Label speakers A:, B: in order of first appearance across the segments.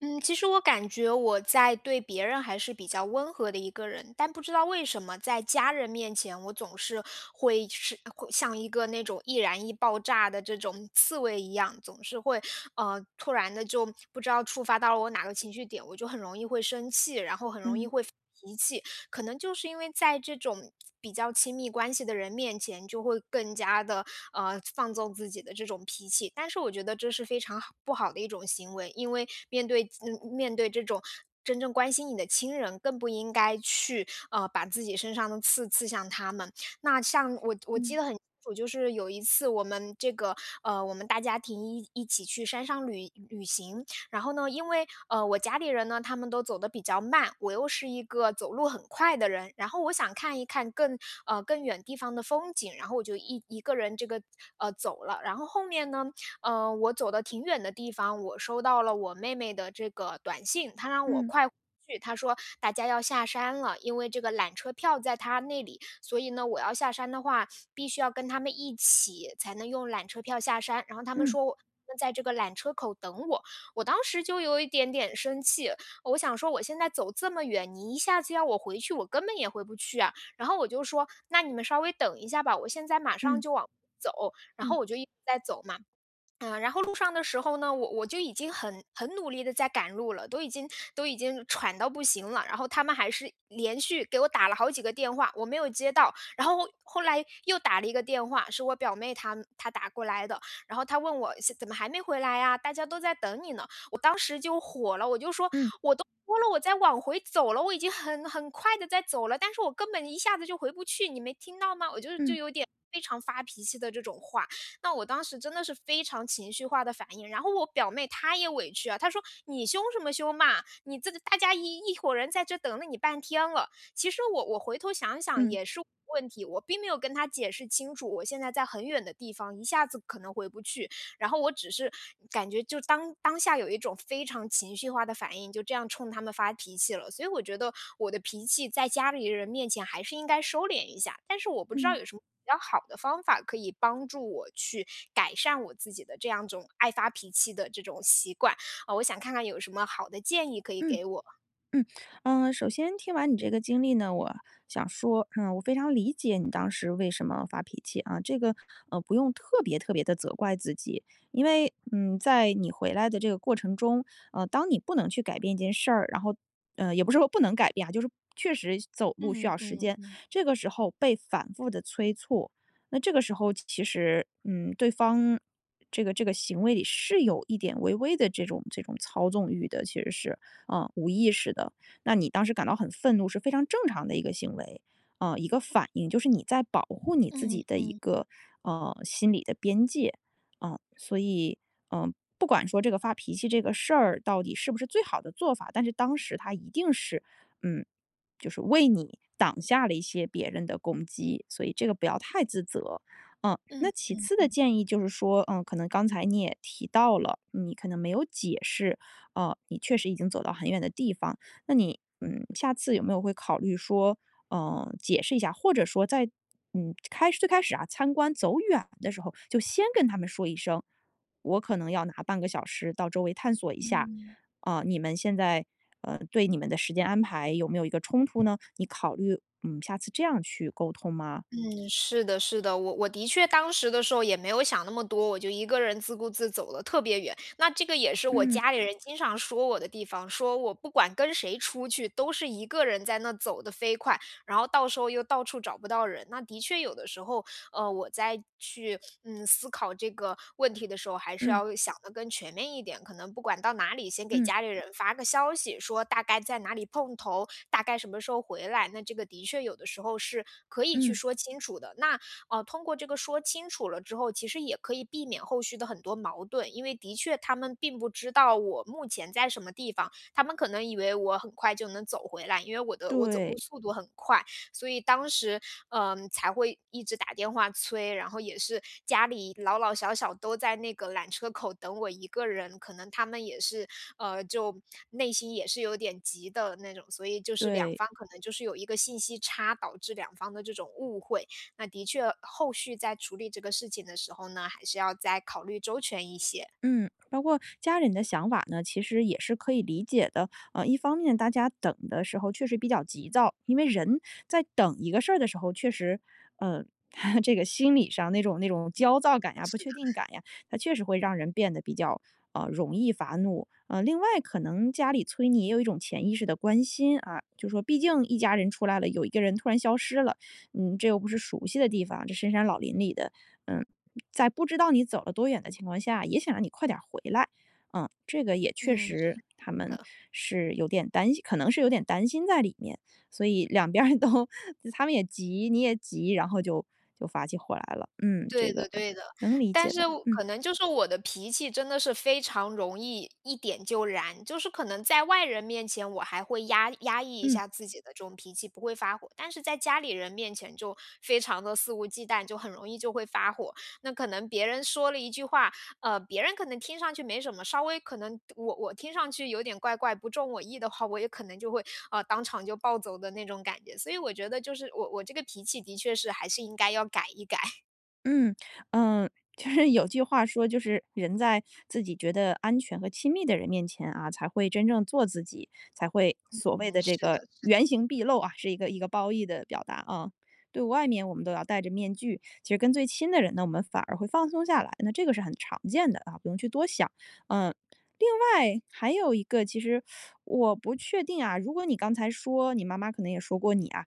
A: 嗯，其实我感觉我在对别人还是比较温和的一个人，但不知道为什么在家人面前，我总是会像一个那种易燃易爆炸的这种刺猬一样，总是会突然的就不知道触发到了我哪个情绪点，我就很容易会生气，然后很容易
B: 嗯
A: 会发脾气。可能就是因为在这种比较亲密关系的人面前，就会更加的放纵自己的这种脾气。但是我觉得这是非常好不好的一种行为，因为面对面对这种真正关心你的亲人，更不应该去，把自己身上的刺刺向他们。那像我记
B: 嗯
A: 得很清楚，就是有一次我们这个，我们大家庭一起去山上旅行，然后呢，因为我家里人呢他们都走得比较慢，我又是一个走路很快的人，然后我想看一看更更远地方的风景，然后我就一个人这个走了，然后后面呢，我走的挺远的地方，我收到了我妹妹的这个短信，她让我
B: 嗯
A: 快。去，她说大家要下山了，因为这个缆车票在她那里，所以呢，我要下山的话，必须要跟他们一起才能用缆车票下山。然后他们
B: 嗯
A: 说他们在这个缆车口等我，我当时就有一点点生气，我想说我现在走这么远，你一下子要我回去，我根本也回不去啊。然后我就说：“那你们稍微等一下吧，我现在马上
B: 嗯
A: 就往回走。”然
B: 嗯
A: 后我就一直在走嘛。然后路上的时候呢，我就已经很努力的在赶路了，都已经喘到不行了，然后他们还是连续给我打了好几个电话，我没有接到，然后后来又打了一个电话，是我表妹她打过来的，然后她问我是怎么还没回来呀？大家都在等你呢，我当时就火了，我就说
B: 嗯嗯
A: 我都说了我在往回走了，我已经很快的在走了，但是我根本一下子就回不去，你没听到吗？我就
B: 嗯
A: 有点非常发脾气的这种话。那我当时真的是非常情绪化的反应。然后我表妹她也委屈啊，她说：“你凶什么凶嘛？你这大家一伙人在这等了你半天了。”其实我回头想想
B: 嗯
A: 也是问题，我并没有跟她解释清楚，我现在在很远的地方，一下子可能回不去。然后我只是感觉就当下有一种非常情绪化的反应，就这样冲他们发脾气了。所以我觉得我的脾气在家里人面前还是应该收敛一下，但是我不知道
B: 嗯
A: 有什么比较好的方法可以帮助我去改善我自己的这样一种爱发脾气的这种习惯啊、我想看看有什么好的建议可以
B: 嗯。嗯
A: 给我。
B: 嗯，首先听完你这个经历呢，我想说，我非常理解你当时为什么发脾气啊，这个，不用特别特别的责怪自己，因为，在你回来的这个过程中，当你不能去改变一件事儿，然后，也不是说不能改变啊，就是确实走路需
A: 嗯
B: 要时
A: 嗯
B: 间，
A: 嗯
B: 这个时候被反复的催促，那这个时候其实，对方这个行为里是有一点微微的这种操纵欲的，其实是。无意识的。那你当时感到很愤怒是非常正常的一个行为，一个反应，就是你在保护你自己
A: 嗯
B: 的一
A: 嗯
B: 个心理的边界，所以嗯、呃不管说这个发脾气这个事儿到底是不是最好的做法，但是当时他一定是嗯，就是为你挡下了一些别人的攻击，所以这个不要太自责。那
A: 嗯。
B: 其次的建议就是说，可能刚才你也提到了，你可能没有解释，哦，你确实已经走到很远的地方，那你下次有没有会考虑说，解释一下，或者说在开最开始啊参观走远的时候，就先跟他们说一声，我可能要拿半个小时到周围探索一下，啊、你们现在对你们的时间安排有没有一个冲突呢？你考虑下次这样去沟通吗？
A: 嗯，是的，是的，我的确当时的时候也没有想那么多，我就一个人自顾自走了特别远。那这个也是我
B: 嗯
A: 家里人经常说我的地方，说我不管跟谁出去，都是一个人在那走的飞快，然后到时候又到处找不到人。那的确有的时候，我在去思考这个问题的时候，还是
B: 嗯
A: 要想的更全面一点。可能不管到哪里，先给
B: 嗯
A: 家里人发个消息，说大概在哪里碰头，大概什么时候回来，那这个的确有的时候是可以去
B: 嗯，
A: 说清楚的。那通过这个说清楚了之后，其实也可以避免后续的很多矛盾，因为的确他们并不知道我目前在什么地方，他们可能以为我很快就能走回来，因为我走
B: 对
A: 路速度很快。所以当时，才会一直打电话催，然后也是家里老老小小都在那个缆车口等我一个人，可能他们也是，就内心也是有点急的那种，所以就是两
B: 对。
A: 方可能就是有一个信息差，导致两方的这种误会。那的确，后续在处理这个事情的时候呢，还是要再考虑周全一些。
B: 嗯，包括家人的想法呢，其实也是可以理解的。一方面大家等的时候确实比较急躁，因为人在等一个事儿的时候，确实，呃，这个心理上那种焦躁感呀、不确定感呀，它确实会让人变得比较容易发怒。另外可能家里催你也有一种潜意识的关心啊，就说毕竟一家人出来了，有一个人突然消失了，这又不是熟悉的地方，这深山老林里的，嗯，在不知道你走了多远的情况下，也想让你快点儿回来。这个也确
A: 嗯，
B: 实
A: 是
B: 他们
A: 的。
B: 是有点担心，可能是有点担心在里面，所以两边儿都 他们也急，你也急，然后就发起火来了。嗯，这
A: 对的
B: 个
A: 对的，
B: 能理
A: 但
B: 解
A: 是
B: 的。
A: 我
B: 嗯
A: 可能就是我的脾气真的是非常容易一点就燃，就是可能在外人面前我还会压抑一
B: 嗯。
A: 下自己的这种脾气，不会发火，但是在家里人面前就非常的肆无忌惮，就很容易就会发火。那可能别人说了一句话，别人可能听上去没什么，稍微可能我听上去有点怪怪，不中我意的话，我也可能就会，当场就暴走的那种感觉。所以我觉得就是我这个脾气的确是还是应该要改一改。
B: 嗯，嗯，呃就是有句话说，就是人在自己觉得安全和亲密的人面前啊，才会真正做自己，才会所谓
A: 嗯，
B: 的这
A: 是
B: 个
A: 的，是的。
B: 原形毕露啊，是一个褒义的表达啊。对外面我们都要戴着面具，其实跟最亲的人呢，我们反而会放松下来，那这个是很常见的啊，不用去多想。嗯，另外还有一个，其实我不确定啊，如果你刚才说你妈妈可能也说过你啊，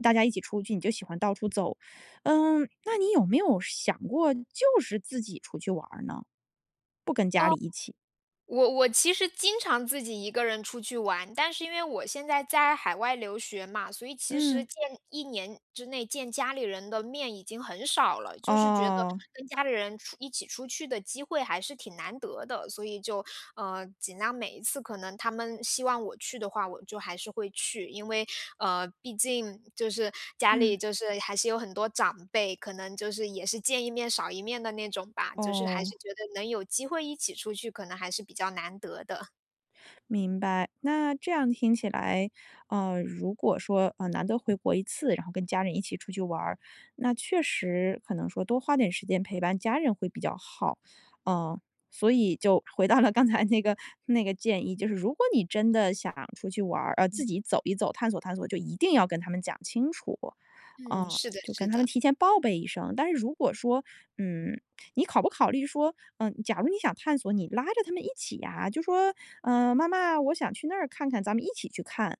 B: 大家一起出去你就喜欢到处走那你有没有想过就是自己出去玩儿呢？不跟家
A: 哦，
B: 里一起。
A: 我其实经常自己一个人出去玩，但是因为我现在在海外留学嘛，所以其实
B: 嗯。
A: 见一年之内见家里人的面已经很少了，就是觉得
B: 哦，
A: 跟家里人出一起出去的机会还是挺难得的，所以就尽量每一次可能他们希望我去的话，我就还是会去，因为毕竟就是家
B: 嗯。
A: 里就是还是有很多长辈，可能就是也是见一面少一面的那种吧，就是还
B: 哦。
A: 是觉得能有机会一起出去，可能还是比较难得的。
B: 明白，那这样听起来，如果说难得回国一次，然后跟家人一起出去玩儿那确实可能说多花点时间陪伴家人会比较好，嗯、所以就回到了刚才那个建议，就是如果你真的想出去玩儿自己走一走，探索探索，就一定要跟他们讲清楚，
A: 嗯，
B: 啊、
A: 是的，
B: 就跟
A: 是
B: 他们
A: 的。
B: 提前报备一声。但是如果说，嗯，你考不考虑说，假如你想探索，你拉着他们一起呀、就说"妈妈，我想去那儿看看，咱们一起去看。"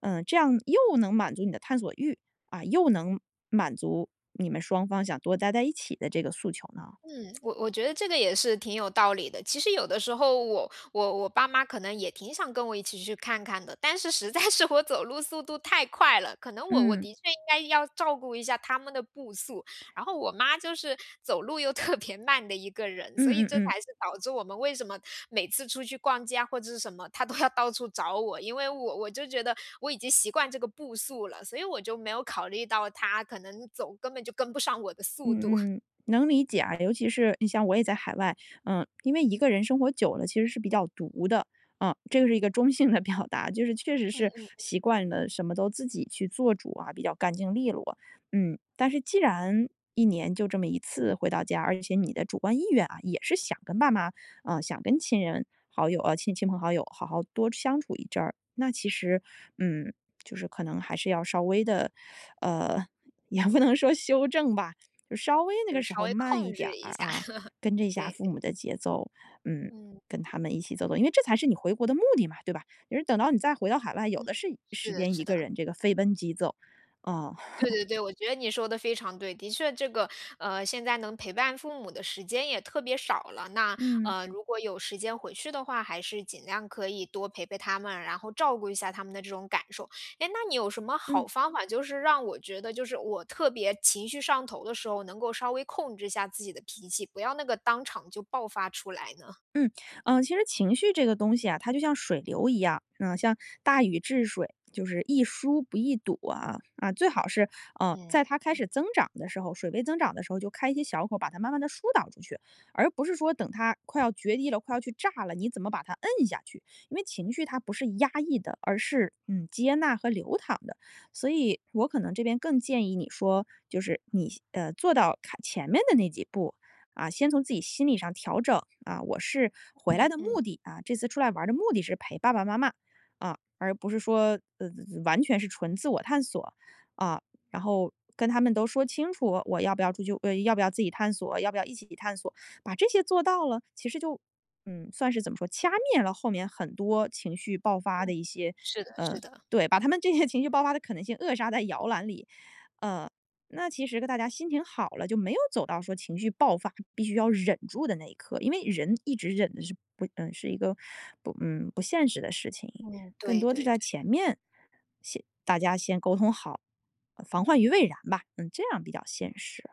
B: 这样又能满足你的探索欲，啊，又能满足你们双方想多待在一起的这个诉求呢。
A: 嗯，我觉得这个也是挺有道理的。其实有的时候我，我爸妈可能也挺想跟我一起去看看的，但是实在是我走路速度太快了，可能我
B: 嗯，
A: 的确应该要照顾一下他们的步速。然后我妈就是走路又特别慢的一个人，所
B: 嗯
A: 以
B: 嗯
A: 这
B: 嗯。
A: 才是导致我们为什么每次出去逛街啊或者是什么，她都要到处找我，因为我就觉得我已经习惯这个步速了，所以我就没有考虑到她可能走根本就跟不上我的速度。
B: 嗯，能理解啊，尤其是你像我也在海外，因为一个人生活久了，其实是比较独的，这个是一个中性的 表达，就是确实是
A: 嗯。
B: 习惯了什么都自己去做主啊，比较干净利落，但是既然一年就这么一次回到家，而且你的主观意愿啊，也是想跟爸妈，啊，想跟亲人好友啊，亲朋好友好好多相处一阵儿，那其实，嗯，就是可能还是要稍微的，呃，也不能说修正吧。就稍微那
A: 就
B: 个
A: 是
B: 时
A: 稍
B: 候
A: 微
B: 慢一
A: 控
B: 点
A: 制一
B: 儿
A: 下，
B: 啊，跟 着一下
A: 对，
B: 父母的节奏，嗯，
A: 嗯，
B: 跟他们一起走走，因为这才是你回国的目的嘛，对吧？就是等到你再回到海外，有
A: 嗯，
B: 的是时
A: 是的
B: 间
A: 是
B: 一
A: 的，
B: 个人这个飞奔疾走，啊、
A: 对 对对，我觉得你说的非常对。的确这个，现在能陪伴父母的时间也特别少了，那，
B: 嗯
A: 如果有时间回去的话，还是尽量可以多陪陪他们，然后照顾一下他们的这种感受。哎，那你有什么好
B: 嗯。
A: 方法，就是让我觉得就是我特别情绪上头的时候，能够稍微控制一下自己的脾气，不要那个当场就爆发出来呢？
B: 嗯嗯，其实情绪这个东西啊，它就像水流一样，像大禹治水，就是易疏不易堵啊啊，最好是
A: 嗯，
B: 在它开始增长的时候，水位增长的时候，就开一些小口，把它慢慢的疏导出去，而不是说等它快要决堤了，快要去炸了，你怎么把它摁下去？因为情绪它不是压抑的，而是接纳和流淌的，所以我可能这边更建议你说，就是你做到看前面的那几步，啊，先从自己心理上调整啊，我是回来
A: 嗯
B: 的目
A: 嗯，
B: 的啊，这次出来玩儿的目的是陪爸爸妈妈啊，而不是说完全是纯自我探索啊，然后跟他们都说清楚我要不要出去，要不要自己探索，要不要一起探索，把这些做到了，其实就算是怎么说，掐灭了后面很多情绪爆发的一些，
A: 是的
B: 嗯、
A: 是的，
B: 对，把他们这些情绪爆发的可能性扼杀在摇篮里，呃，那其实个大家心情好了，就没有走到说情绪爆发必须要忍住的那一刻，因为人一直忍的是不，嗯，是一个不现实的事情，
A: 嗯，
B: 更
A: 对
B: 多的是
A: 对。
B: 在前面先大家先沟通好，防患于未然吧，嗯，这样比较现实。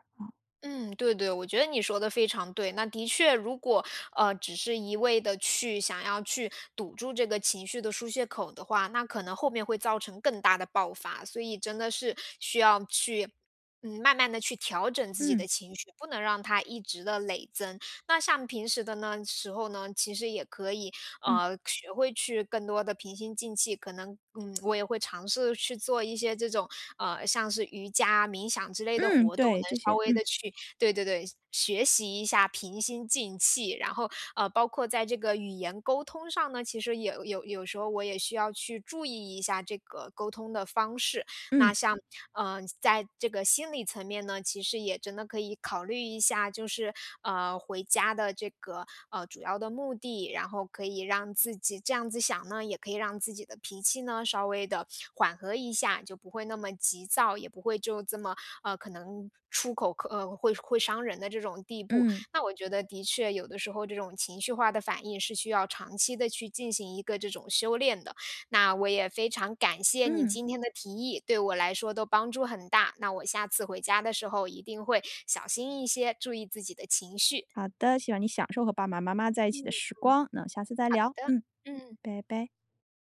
A: 嗯，对对，我觉得你说的非常对。那的确，如果只是一味的去想要去堵住这个情绪的疏泄口的话，那可能后面会造成更大的爆发。所以真的是需要去，慢慢的去调整自己的
B: 嗯
A: 情绪，不能让它一直的累增。那像平时的呢时候呢，其实也可以
B: 嗯
A: 学会去更多的平心静气，可能我也会尝试去做一些这种像是瑜伽、冥想之类的
B: 嗯，
A: 活动，能
B: 对这
A: 稍
B: 些，
A: 微的去对对对学习一下平心静气，然后包括在这个语言沟通上呢，其实也有时候我也需要去注意一下这个沟通的方式。那
B: 嗯
A: 像，在这个心理层面呢，其实也真的可以考虑一下，就是，回家的这个，主要的目的，然后可以让自己这样子想呢，也可以让自己的脾气呢稍微的缓和一下，就不会那么急躁，也不会就这么，可能出口会伤人的这种地步。
B: 嗯
A: 那我觉得的确有的时候这种情绪化的反应是需要长期的去进行一个这种修炼的。那我也非常感谢你
B: 嗯，
A: 今天的提议，对我来说都帮助很大。那我下次回家的时候一定会小心一些，注意自己的情绪。
B: 好的，希望你享受和爸爸妈妈在一起的
A: 嗯，
B: 时光，那下次再
A: 好
B: 聊，
A: 的，嗯。
B: 拜拜。